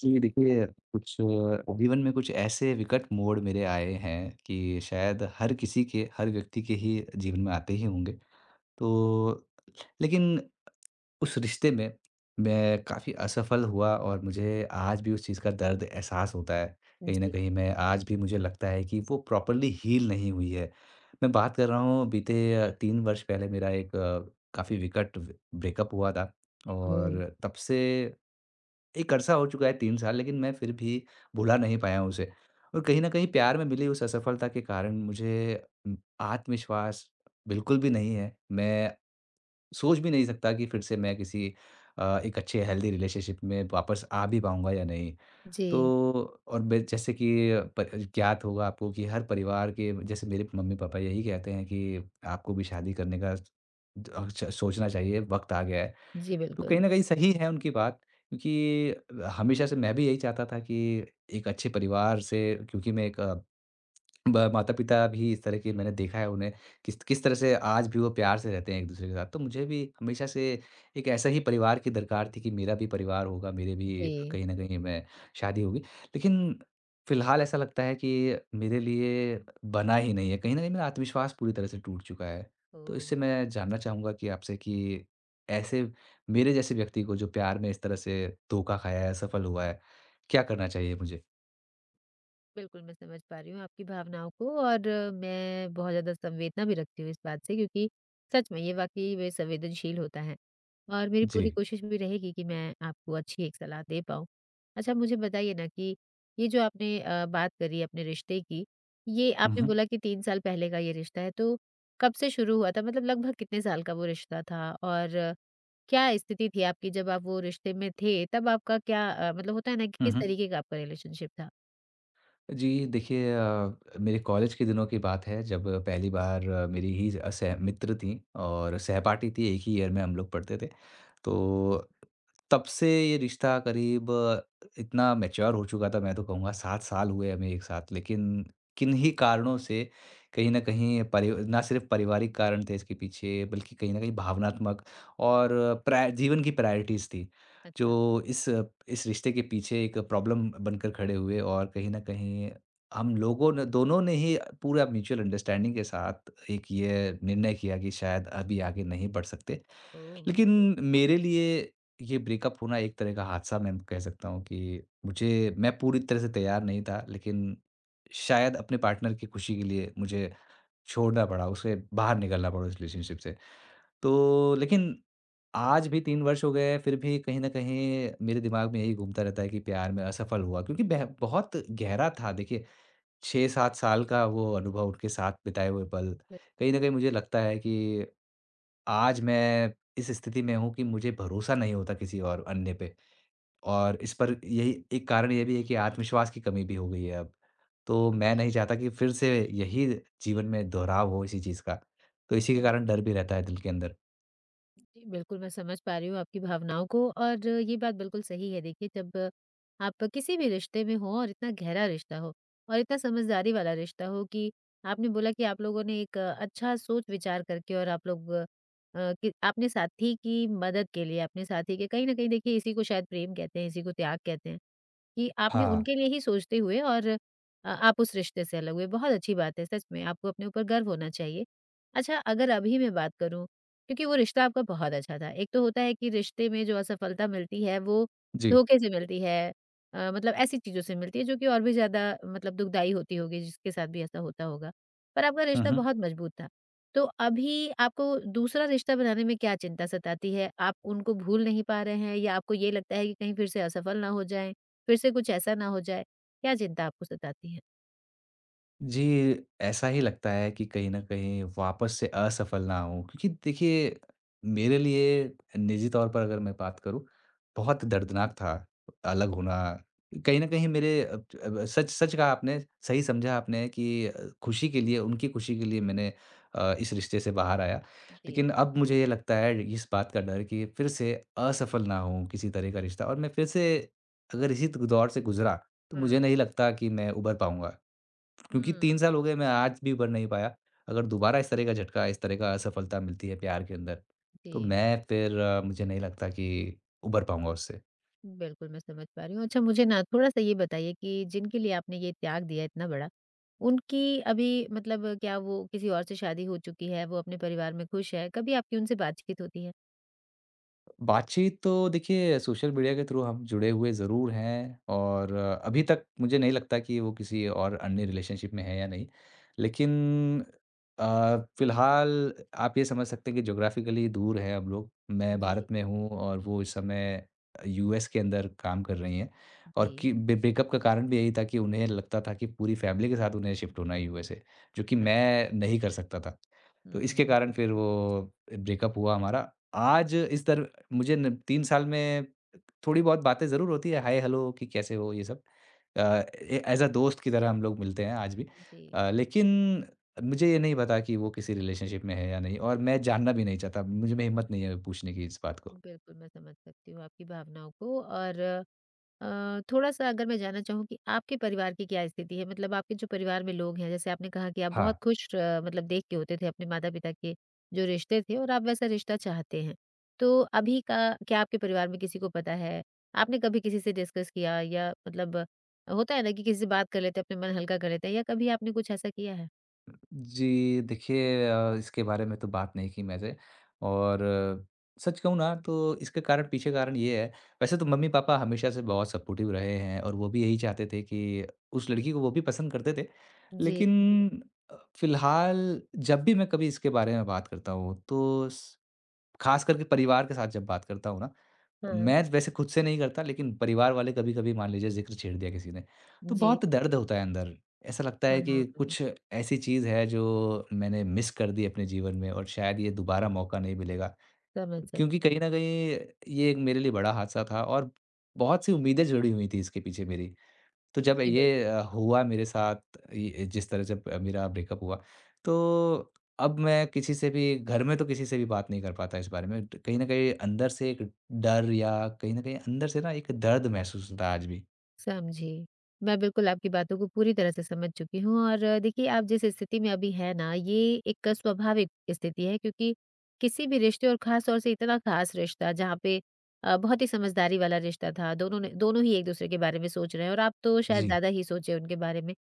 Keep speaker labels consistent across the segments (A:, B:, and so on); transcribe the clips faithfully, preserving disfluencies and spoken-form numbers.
A: जी, देखिए, कुछ अ, जीवन में कुछ ऐसे विकट मोड़ मेरे आए हैं कि शायद हर किसी के, हर व्यक्ति के ही जीवन में आते ही होंगे। तो लेकिन उस रिश्ते में मैं काफ़ी असफल हुआ और मुझे आज भी उस चीज़ का दर्द एहसास होता है। कहीं न
B: जी,
A: कहीं मैं आज भी, मुझे लगता है कि वो प्रॉपर्ली हील नहीं हुई है। मैं बात कर रहा हूँ, बीते तीन वर्ष पहले मेरा एक काफ़ी विकट ब्रेकअप हुआ था
B: ओह!
A: और तब से एक अरसा हो चुका है, तीन साल, लेकिन मैं फिर भी भुला नहीं पाया हूँ उसे। और कहीं न कहीं प्यार में मिली उस असफलता के कारण मुझे उम, आत्मविश्वास बिल्कुल भी नहीं है। मैं सोच भी नहीं सकता कि फिर से मैं किसी अ, एक अच्छे हेल्दी रिलेशनशिप में वापस आ भी पाऊँगा या नहीं। तो
B: जी,
A: और बे जैसे कि प ज्ञात होगा आपको कि हर परिवार के जैसे मेरे मम्मी-पापा यही कहते हैं कि आपको भी शादी करने का अ, च सोचना चाहिए, वक़्त आ गया है।
B: जी,
A: तो
B: बिल्कुल।
A: कहीं न कहीं सही है उनकी बात, क्योंकि हमेशा से मैं भी यही चाहता था कि एक अच्छे परिवार से, क्योंकि मैं एक ब माता-पिता भी इस तरह के मैंने देखा है उन्हें, किस किस तरह से आज भी वो प्यार से रहते हैं एक-दूसरे के साथ। तो मुझे भी हमेशा से एक ऐसा ही परिवार की दरकार थी कि मेरा भी परिवार होगा, मेरे भी
B: जी,
A: कहीं न कहीं मैं शादी होगी। लेकिन फिलहाल ऐसा लगता है कि मेरे लिए बना ही नहीं है, कहीं न कहीं मेरा आत्मविश्वास पूरी तरह से टूट चुका है। तो
B: ओह!
A: इससे मैं जानना चाहूँगा कि आपसे कि ऐसे मेरे जैसे व्यक्ति को, जो प्यार में इस तरह से धोखा खाया है, असफल हुआ है, क्या करना चाहिए मुझे?
B: बिल्कुल, मैं समझ पा रही हूँ आपकी भावनाओं को और अ, मैं बहुत ज़्यादा संवेदना भी रखती हूँ इस बात से क्योंकि सच में ये वाक़ई में संवेदनशील होता है और मेरी
A: जी।
B: पूरी कोशिश भी रहेगी कि मैं आपको अच्छी एक सलाह दे पाऊँ। अच्छा मुझे बताइए ना कि ये जो आपने अ, बात करी अपने रिश्ते की, ये
A: हुँ,
B: आपने
A: हुँ।
B: बोला कि तीन साल पहले का ये रिश्ता है, तो कब से शुरू हुआ था? मतलब लगभग कितने साल का वो रिश्ता था और क्या स्थिति थी आपकी जब आप वो रिश्ते में थे? तब आपका क्या अ, मतलब होता है ना कि
A: हुँ,
B: किस
A: हुँ।
B: तरीके का आपका रिलेशनशिप था?
A: जी, देखिए, अ, मेरे कॉलेज के दिनों की बात है, जब पहली बार अ, मेरी ही अ, सह मित्र थीं और सहपाठी थी, एक ही ईयर में हम लोग पढ़ते थे। तो तब से ये रिश्ता करीब अ, इतना मैच्योर हो चुका था, मैं तो कहूँगा सात साल हुए हमें एक साथ, लेकिन किन्हीं कारणों से, कहीं न कहीं परि ना सिर्फ़ पारिवारिक कारण थे इसके पीछे, बल्कि कहीं न कहीं भावनात्मक और प्राय जीवन की प्रायोरिटीज़ थी। जो
B: अच्छा,
A: इस इस रिश्ते के पीछे एक प्रॉब्लम बनकर खड़े हुए और कहीं न कहीं हम लोगों ने, दोनों ने ही पूरा म्यूचुअल अंडरस्टैंडिंग के साथ एक ये निर्णय किया कि शायद अभी आगे नहीं बढ़ सकते।
B: ओह!
A: लेकिन मेरे लिए ये ब्रेकअप होना एक तरह का हादसा, मैं कह सकता हूँ कि मुझे मैं पूरी तरह से तैयार नहीं था, लेकिन शायद अपने पार्टनर की खुशी के लिए मुझे छोड़ना पड़ा, उसे बाहर निकलना पड़ा उस रिलेशनशिप से। तो लेकिन आज भी तीन वर्ष हो गए हैं, फिर भी कहीं न कहीं मेरे दिमाग में यही घूमता रहता है कि प्यार में असफल हुआ, क्योंकि बेह बहुत गहरा था। देखिए, छह सात साल का वो अनुभव, उनके साथ बिताए हुए पल,
B: फिर
A: कहीं न कहीं मुझे लगता है कि आज मैं इस स्थिति में हूँ कि मुझे भरोसा नहीं होता किसी और अन्य पे और इस पर, यही एक कारण ये भी है कि आत्मविश्वास की कमी भी हो गई है अब। तो मैं
B: जी।
A: नहीं चाहता कि फिर से यही जीवन में दोहराव हो इसी चीज़ का, तो इसी के
B: हुँ,
A: कारण
B: हुँ।
A: डर भी रहता है दिल के अंदर।
B: जी, बिल्कुल मैं समझ पा रही हूँ आपकी भावनाओं को और ये बात बिल्कुल सही है देखिए जब आप किसी भी रिश्ते में हो और इतना गहरा रिश्ता हो और इतना समझदारी वाला रिश्ता हो कि आपने बोला कि आप लोगों ने एक अ, अच्छा सोच-विचार करके और आप लोग अ, कि आपने साथी की मदद के लिए, अपने साथी के कहीं न कहीं देखिए इसी को शायद प्रेम कहते हैं, इसी को त्याग कहते हैं। कि आपने
A: हाँ,
B: उनके लिए ही सोचते हुए और अ, आप उस रिश्ते से अलग हुए। बहुत अच्छी बात है सच में, आपको अपने ऊपर गर्व होना चाहिए। अच्छा अगर अभी मैं बात करूँ, क्योंकि वो रिश्ता आपका बहुत अच्छा था। एक तो होता है कि रिश्ते में जो असफलता मिलती है वो
A: जी।
B: धोखे से मिलती है अ, मतलब ऐसी चीज़ों से मिलती है जो कि और भी ज़्यादा मतलब दुखदाई होती होगी जिसके साथ भी ऐसा होता होगा। पर आपका
A: हुँ,
B: रिश्ता
A: हुँ।
B: बहुत मज़बूत था। तो अभी आपको दूसरा रिश्ता बनाने में क्या चिंता सताती है? आप उनको भूल नहीं पा रहे हैं या आपको ये लगता है कि कहीं फिर से असफल ना हो जाएँ? फिर से कुछ ऐसा ना हो जाए, क्या चिंता आपको सताती है?
A: जी, ऐसा ही लगता है कि कहीं न कहीं वापस से असफल ना हों, क्योंकि देखिए, मेरे लिए निजी तौर पर अगर मैं बात करूँ, बहुत दर्दनाक था अलग होना। कहीं न कहीं मेरे अब अब सच सच कहा आपने, सही समझा आपने कि अ, खुशी के लिए, उनकी खुशी के लिए मैंने अ, इस रिश्ते से बाहर आया।
B: जी।
A: लेकिन अब मुझे ये लगता है, इस बात का डर कि फिर से असफल ना हों किसी तरह का रिश्ता और मैं फिर से अगर इसी द दौर से गुज़रा, तो मुझे
B: हुँ।
A: नहीं लगता कि मैं उभर पाऊँगा। क्योंकि
B: हुँ,
A: तीन साल हो गए, मैं आज भी बन नहीं पाया। अगर दोबारा इस तरह का झटका, इस तरह का असफलता मिलती है प्यार के अंदर, तो
B: जी।
A: मैं फिर अ, मुझे नहीं लगता कि उभर पाऊँगा उससे।
B: बिल्कुल, मैं समझ पा रही हूँ। अच्छा मुझे ना थोड़ा-सा ये बताइए कि जिनके लिए आपने ये त्याग दिया इतना बड़ा, उनकी अभी मतलब क्या वो किसी और से शादी हो चुकी है? वो अपने परिवार में खुश है? कभी आपकी उनसे बातचीत होती है?
A: बातचीत तो देखिए, सोशल मीडिया के थ्रू हम जुड़े हुए ज़रूर हैं और अ, अभी तक मुझे नहीं लगता कि वो किसी और अन्य रिलेशनशिप में है या नहीं। लेकिन अ, फ़िलहाल आप ये समझ सकते हैं कि ज्योग्राफ़िकली दूर हैं हम लोग। मैं
B: जी,
A: भारत में हूँ और वो इस समय यूएस के अंदर काम कर रही हैं
B: जी।
A: और कि ब्रे ब्रेकअप का कारण भी यही था कि उन्हें लगता था कि पूरी फ़ैमिली के साथ उन्हें शिफ्ट होना है यूएसए, जो कि
B: अच्छा।
A: मैं नहीं कर सकता था। तो इसके
B: हुँ,
A: कारण फिर
B: बिल्कुल।
A: वो ब्रेकअप हुआ हमारा। आज इस तर मुझे न तीन साल में थोड़ी बहुत बातें ज़रूर होती है, हाय हेलो कि कैसे हो ये सब। अ, ए ऐज़ अ दोस्त की तरह हम लोग मिलते हैं आज भी।
B: जी,
A: अ, लेकिन मुझे ये नहीं पता कि वो किसी रिलेशनशिप में है या नहीं और मैं जानना भी नहीं चाहता, मुझ में हिम्मत नहीं है पूछने की इस बात को।
B: बिल्कुल मैं समझ सकती हूँ आपकी भावनाओं को और अ, थोड़ा-सा अगर मैं जानना चाहूँ कि आपके परिवार की क्या स्थिति है? मतलब आपके जो परिवार में लोग हैं, जैसे आपने कहा कि आप
A: हाँ।
B: बहुत खुश अ, मतलब देख के होते थे अपने माता-पिता के जो रिश्ते थे और आप वैसा रिश्ता चाहते हैं। तो अभी का क्या आपके परिवार में किसी को पता है? आपने कभी किसी से डिस्कस किया या मतलब अ, होता है ना कि किसी से बात कर लेते हैं, अपना मन हल्का कर लेते हैं या कभी आपने कुछ ऐसा किया है?
A: जी, देखिए, अ, इसके बारे में तो बात नहीं की मैंने और अ, सच कहूँ ना, तो इसके कारण, पीछे कारण ये है, वैसे तो मम्मी-पापा हमेशा से बहुत सपोर्टिव रहे हैं और वो भी यही चाहते थे कि उस लड़की को वो भी पसंद करते थे।
B: जी,
A: लेकिन अ, फ़िलहाल जब भी मैं कभी इसके बारे में बात करता हूँ, तो स ख़ास करके परिवार के साथ जब बात करता हूँ ना,
B: हाँ।
A: मैं वैसे खुद से नहीं करता, लेकिन परिवार वाले कभी-कभी मान लीजिए ज़िक्र छेड़ दिया किसी ने, तो
B: जी,
A: बहुत दर्द होता है अंदर। ऐसा लगता
B: हाँ,
A: है कि
B: हाँ, हाँ।
A: कुछ ऐसी चीज़ है जो मैंने मिस कर दी अपने जीवन में और शायद ये दोबारा मौका नहीं मिलेगा।
B: समझ सकती
A: क्योंकि
B: हूँ।
A: कहीं न कहीं ये एक मेरे लिए बड़ा हादसा था और बहुत सी उम्मीदें जुड़ी हुई थी इसके पीछे मेरी। तो जब
B: जी,
A: ये
B: बिल्कुल।
A: अ, हुआ मेरे साथ, ये जिस तरह जब मेरा ब्रेकअप हुआ, तो अब मैं किसी से भी, घर में तो किसी से भी बात नहीं कर पाता इस बारे में। ट कहीं न कहीं अंदर से एक डर, या कहीं न कहीं अंदर से ना एक दर्द महसूस होता है आज भी।
B: समझी। मैं बिल्कुल आपकी बातों को पूरी तरह से समझ चुकी हूँ और अ, देखिए आप जिस स्थिति में अभी हैं ना, ये एक स्वाभाविक स्थिति है क्योंकि किसी भी रिश्ते और ख़ास तौर से इतना ख़ास रिश्ता जहाँ पे अ, बहुत ही समझदारी वाला रिश्ता था, दोनों ने दोनों ही एक-दूसरे के बारे में सोच रहे हैं और आप तो शायद
A: जी,
B: ज़्यादा ही सोचे उनके बारे में।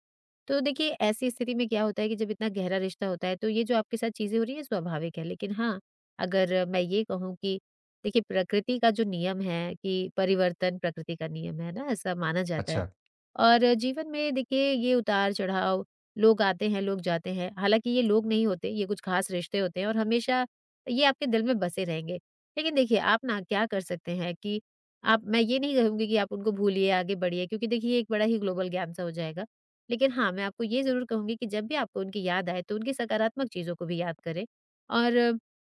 B: तो देखिए ऐसी स्थिति में क्या होता है कि जब इतना गहरा रिश्ता होता है तो ये जो आपके साथ चीज़ें हो रही है स्वाभाविक है। लेकिन हाँ, अगर मैं ये कहूँ कि देखिए प्रकृति का जो नियम है कि परिवर्तन प्रकृति का नियम है ना, ऐसा माना जाता है।
A: अच्छा।
B: और जीवन में देखिए ये उतार-चढ़ाव, लोग आते हैं, लोग जाते हैं। हालाँकि ये लोग नहीं होते, ये कुछ खास रिश्ते होते हैं और हमेशा ये आपके दिल में बसे रहेंगे। लेकिन देखिए, आप ना क्या कर सकते हैं कि आप मैं ये नहीं कहूँगी कि आप उनको भूलिए, आगे बढ़िए क्योंकि देखिए, ये एक बड़ा ही ग्लोबल ज्ञान सा हो जाएगा। लेकिन हाँ, मैं आपको ये ज़रूर कहूँगी कि जब भी आपको उनकी याद आए, तो उनकी सकारात्मक चीज़ों को भी याद करें और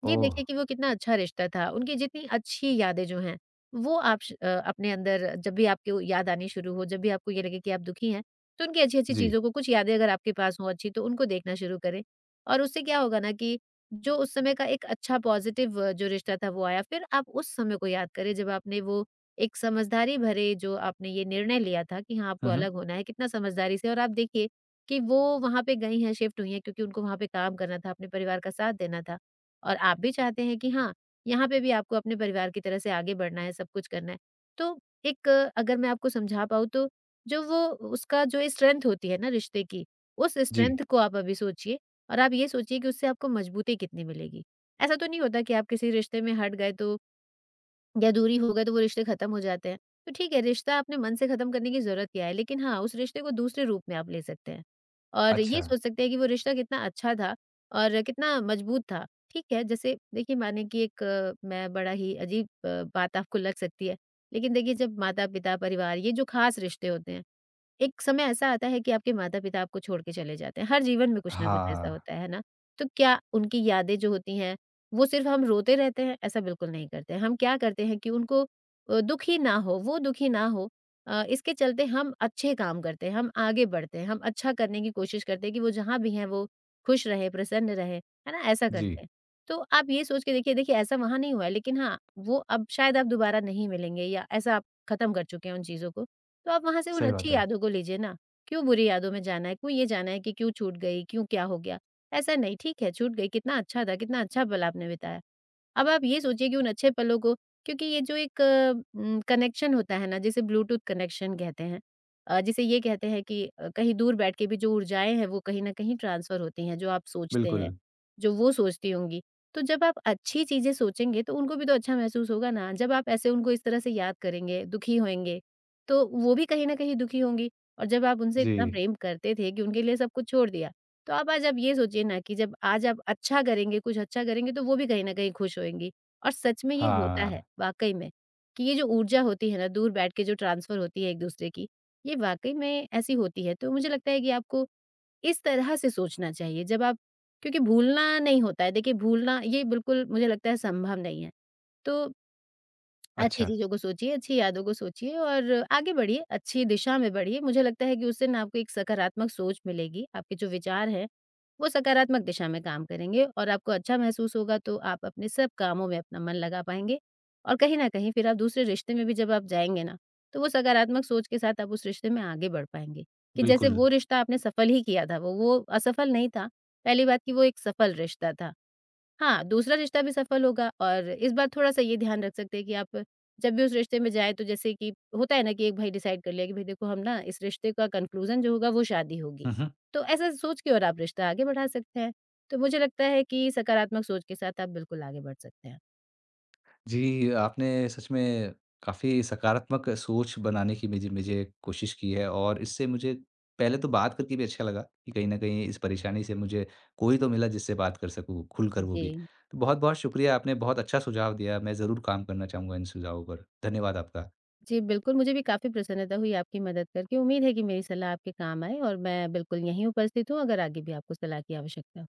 B: ये
A: ओह!
B: देखें कि वो कितना अच्छा रिश्ता था, उनकी जितनी अच्छी यादें जो हैं, वो आप श अ, अपने अंदर जब भी आपको याद आनी शुरू हो, जब भी आपको ये लगे कि आप दुखी हैं, तो उनकी अच्छी-अच्छी
A: जी।
B: चीज़ों को कुछ यादें अगर आपके पास हों अच्छी, तो उनको देखना शुरू करें। और उससे क्या होगा ना कि जो उस समय का एक अच्छा पॉज़िटिव जो रिश्ता था वो आया, फिर आप उस समय को याद करें जब आपने वो एक समझदारी भरे जो आपने ये निर्णय लिया था कि हाँ, आपको
A: हुँ, हुँ।
B: अलग होना है, कितना समझदारी से और आप देखिए कि वो वहाँ पे गई हैं, शिफ्ट हुई हैं क्योंकि उनको वहाँ पे काम करना था, अपने परिवार का साथ देना था। और आप भी चाहते हैं कि हाँ, यहाँ पे भी आपको अपने परिवार की तरह से आगे बढ़ना है, सब कुछ करना है। तो एक अ, अगर मैं आपको समझा पाऊँ तो जो वो उसका जो स्ट्रेंथ होती है ना रिश्ते की, उस
A: जी,
B: स्ट्रेंथ को आप अभी सोचिए और आप ये सोचिए कि उससे आपको मजबूती कितनी मिलेगी। ऐसा तो नहीं होता कि आप किसी रिश्ते में हट गए तो या दूरी हो गए तो वो रिश्ते खत्म हो जाते हैं। तो ठीक है, रिश्ता आपने मन से खत्म करने की ज़रूरत क्या है? लेकिन हाँ, उस रिश्ते को दूसरे रूप में आप ले सकते हैं और ये
A: अच्छा।
B: सोच सकते हैं कि वो रिश्ता कितना अच्छा था और कितना मजबूत था। ठीक है, जैसे देखिए माने कि एक अ, मैं बड़ा ही अजीब अ, बात आपको लग सकती है, लेकिन देखिए जब माता-पिता, परिवार ये जो खास रिश्ते होते हैं एक समय ऐसा आता है कि आपके माता-पिता आपको छोड़ के चले जाते हैं, हर जीवन में कुछ ना कुछ ऐसा
A: हाँ,
B: होता है, है ना? तो क्या उनकी यादें जो होती हैं, वो सिर्फ़ हम रोते रहते हैं? ऐसा बिल्कुल नहीं करते हैं, हम क्या करते हैं कि उनको अ, दुखी ना हो, वो दुखी ना हो अ, इसके चलते हम अच्छे काम करते हैं, हम आगे बढ़ते हैं, हम अच्छा करने की कोशिश करते हैं कि वो जहाँ भी हैं वो खुश रहें, प्रसन्न रहें, है ना? ऐसा
A: जी,
B: करते हैं। तो आप ये सोच के देखिए देखिए ऐसा वहाँ नहीं हुआ है, लेकिन हाँ, वो अब शायद आप दोबारा नहीं मिलेंगे या ऐसा आप खत्म कर चुके हैं उन चीज़ों को। तो आप वहाँ से उन
A: सही
B: अच्छी
A: बात है।
B: यादों को लीजिए ना, क्यों बुरी यादों में जाना है, क्यों ये जाना है कि क्यों छूट गई, क्यों क्या हो गया? ऐसा नहीं, ठीक है छूट गई, कितना अच्छा था, कितना अच्छा पल आपने बिताया। अब आप ये सोचिए कि उन अच्छे पलों को क्योंकि ये जो एक अ, उम, कनेक्शन होता है ना जिसे ब्लूटूथ कनेक्शन कहते हैं अ, जिसे ये कहते हैं कि अ, कहीं दूर बैठ के भी जो ऊर्जाएँ हैं वो कहीं न कहीं ट्रांसफ़र होती हैं, जो आप सोचते हैं,
A: बिल्कुल,
B: जो वो सोचती होंगी। तो जब आप अच्छी चीज़ें सोचेंगे तो उनको भी तो अच्छा महसूस होगा ना, जब आप ऐसे उनको इस तरह से याद करेंगे, दुखी होंगे, तो वो भी कहीं न कहीं दुखी होंगी और जब आप उनसे इतना
A: जी,
B: प्रेम करते थे कि उनके लिए सब कुछ छोड़ दिया, तो आप आज आप ये सोचिए ना कि जब आज आप अच्छा करेंगे, कुछ अच्छा करेंगे तो वो भी कहीं न कहीं खुश होएँगी। और सच में ये होता
A: हाँ,
B: है, वाक़ई में, कि ये जो ऊर्जा होती है ना दूर बैठ के जो ट्रांसफ़र होती है एक-दूसरे की, ये वाक़ई में ऐसी होती है। तो मुझे लगता है कि आपको इस तरह से सोचना चाहिए जब आप क्योंकि भूलना नहीं होता है, देखिए भूलना ये बिल्कुल मुझे लगता है संभव नहीं है। तो अच्छी
A: अच्छा,
B: चीज़ों को सोचिए, अच्छी यादों को सोचिए और आगे बढ़िए, अच्छी दिशा में बढ़िए। मुझे लगता है कि उससे ना आपको एक सकारात्मक सोच मिलेगी, आपके जो विचार हैं, वो सकारात्मक दिशा में काम करेंगे और आपको अच्छा महसूस होगा तो आप अपने सब कामों में अपना मन लगा पाएँगे। और कहीं न कहीं फिर आप दूसरे रिश्ते में भी जब आप जाएँगे ना, तो वो सकारात्मक सोच के साथ आप उस रिश्ते में आगे बढ़ पाएँगे, कि जैसे
A: बिल्कुल।
B: वो रिश्ता आपने सफल ही किया था, वो वो असफल नहीं था। पहली बात कि वो एक सफल रिश्ता था। हाँ, दूसरा रिश्ता भी सफल होगा और इस बार थोड़ा-सा ये ध्यान रख सकते हैं कि आप जब भी उस रिश्ते में जाएँ तो जैसे कि होता है ना कि एक भाई डिसाइड कर लिया कि भई देखो हम ना इस रिश्ते का कन्क्लूज़न जो होगा वो शादी होगी।
A: हुँ, हुँ।
B: तो ऐसा सोच के और आप रिश्ता आगे बढ़ा सकते हैं। तो मुझे लगता है कि सकारात्मक सोच के साथ आप बिल्कुल आगे बढ़ सकते हैं।
A: जी, आपने सच में काफ़ी सकारात्मक सोच बनाने की मुझे मुझे कोशिश की है और इससे मुझे पहले तो बात करके भी अच्छा लगा कि कहीं न कहीं इस परेशानी से मुझे कोई तो मिला जिससे बात कर सकूँ, खुलकर वो
B: जी।
A: भी। तो बहुत-बहुत शुक्रिया, आपने बहुत अच्छा सुझाव दिया, मैं ज़रूर काम करना चाहूँगा इन सुझावों पर। धन्यवाद आपका।
B: जी, बिल्कुल मुझे भी काफ़ी प्रसन्नता हुई आपकी मदद करके। उम्मीद है कि मेरी सलाह आपके काम आए और मैं बिल्कुल यहीं उपस्थित हूँ अगर आगे भी आपको सलाह की आवश्यकता हो।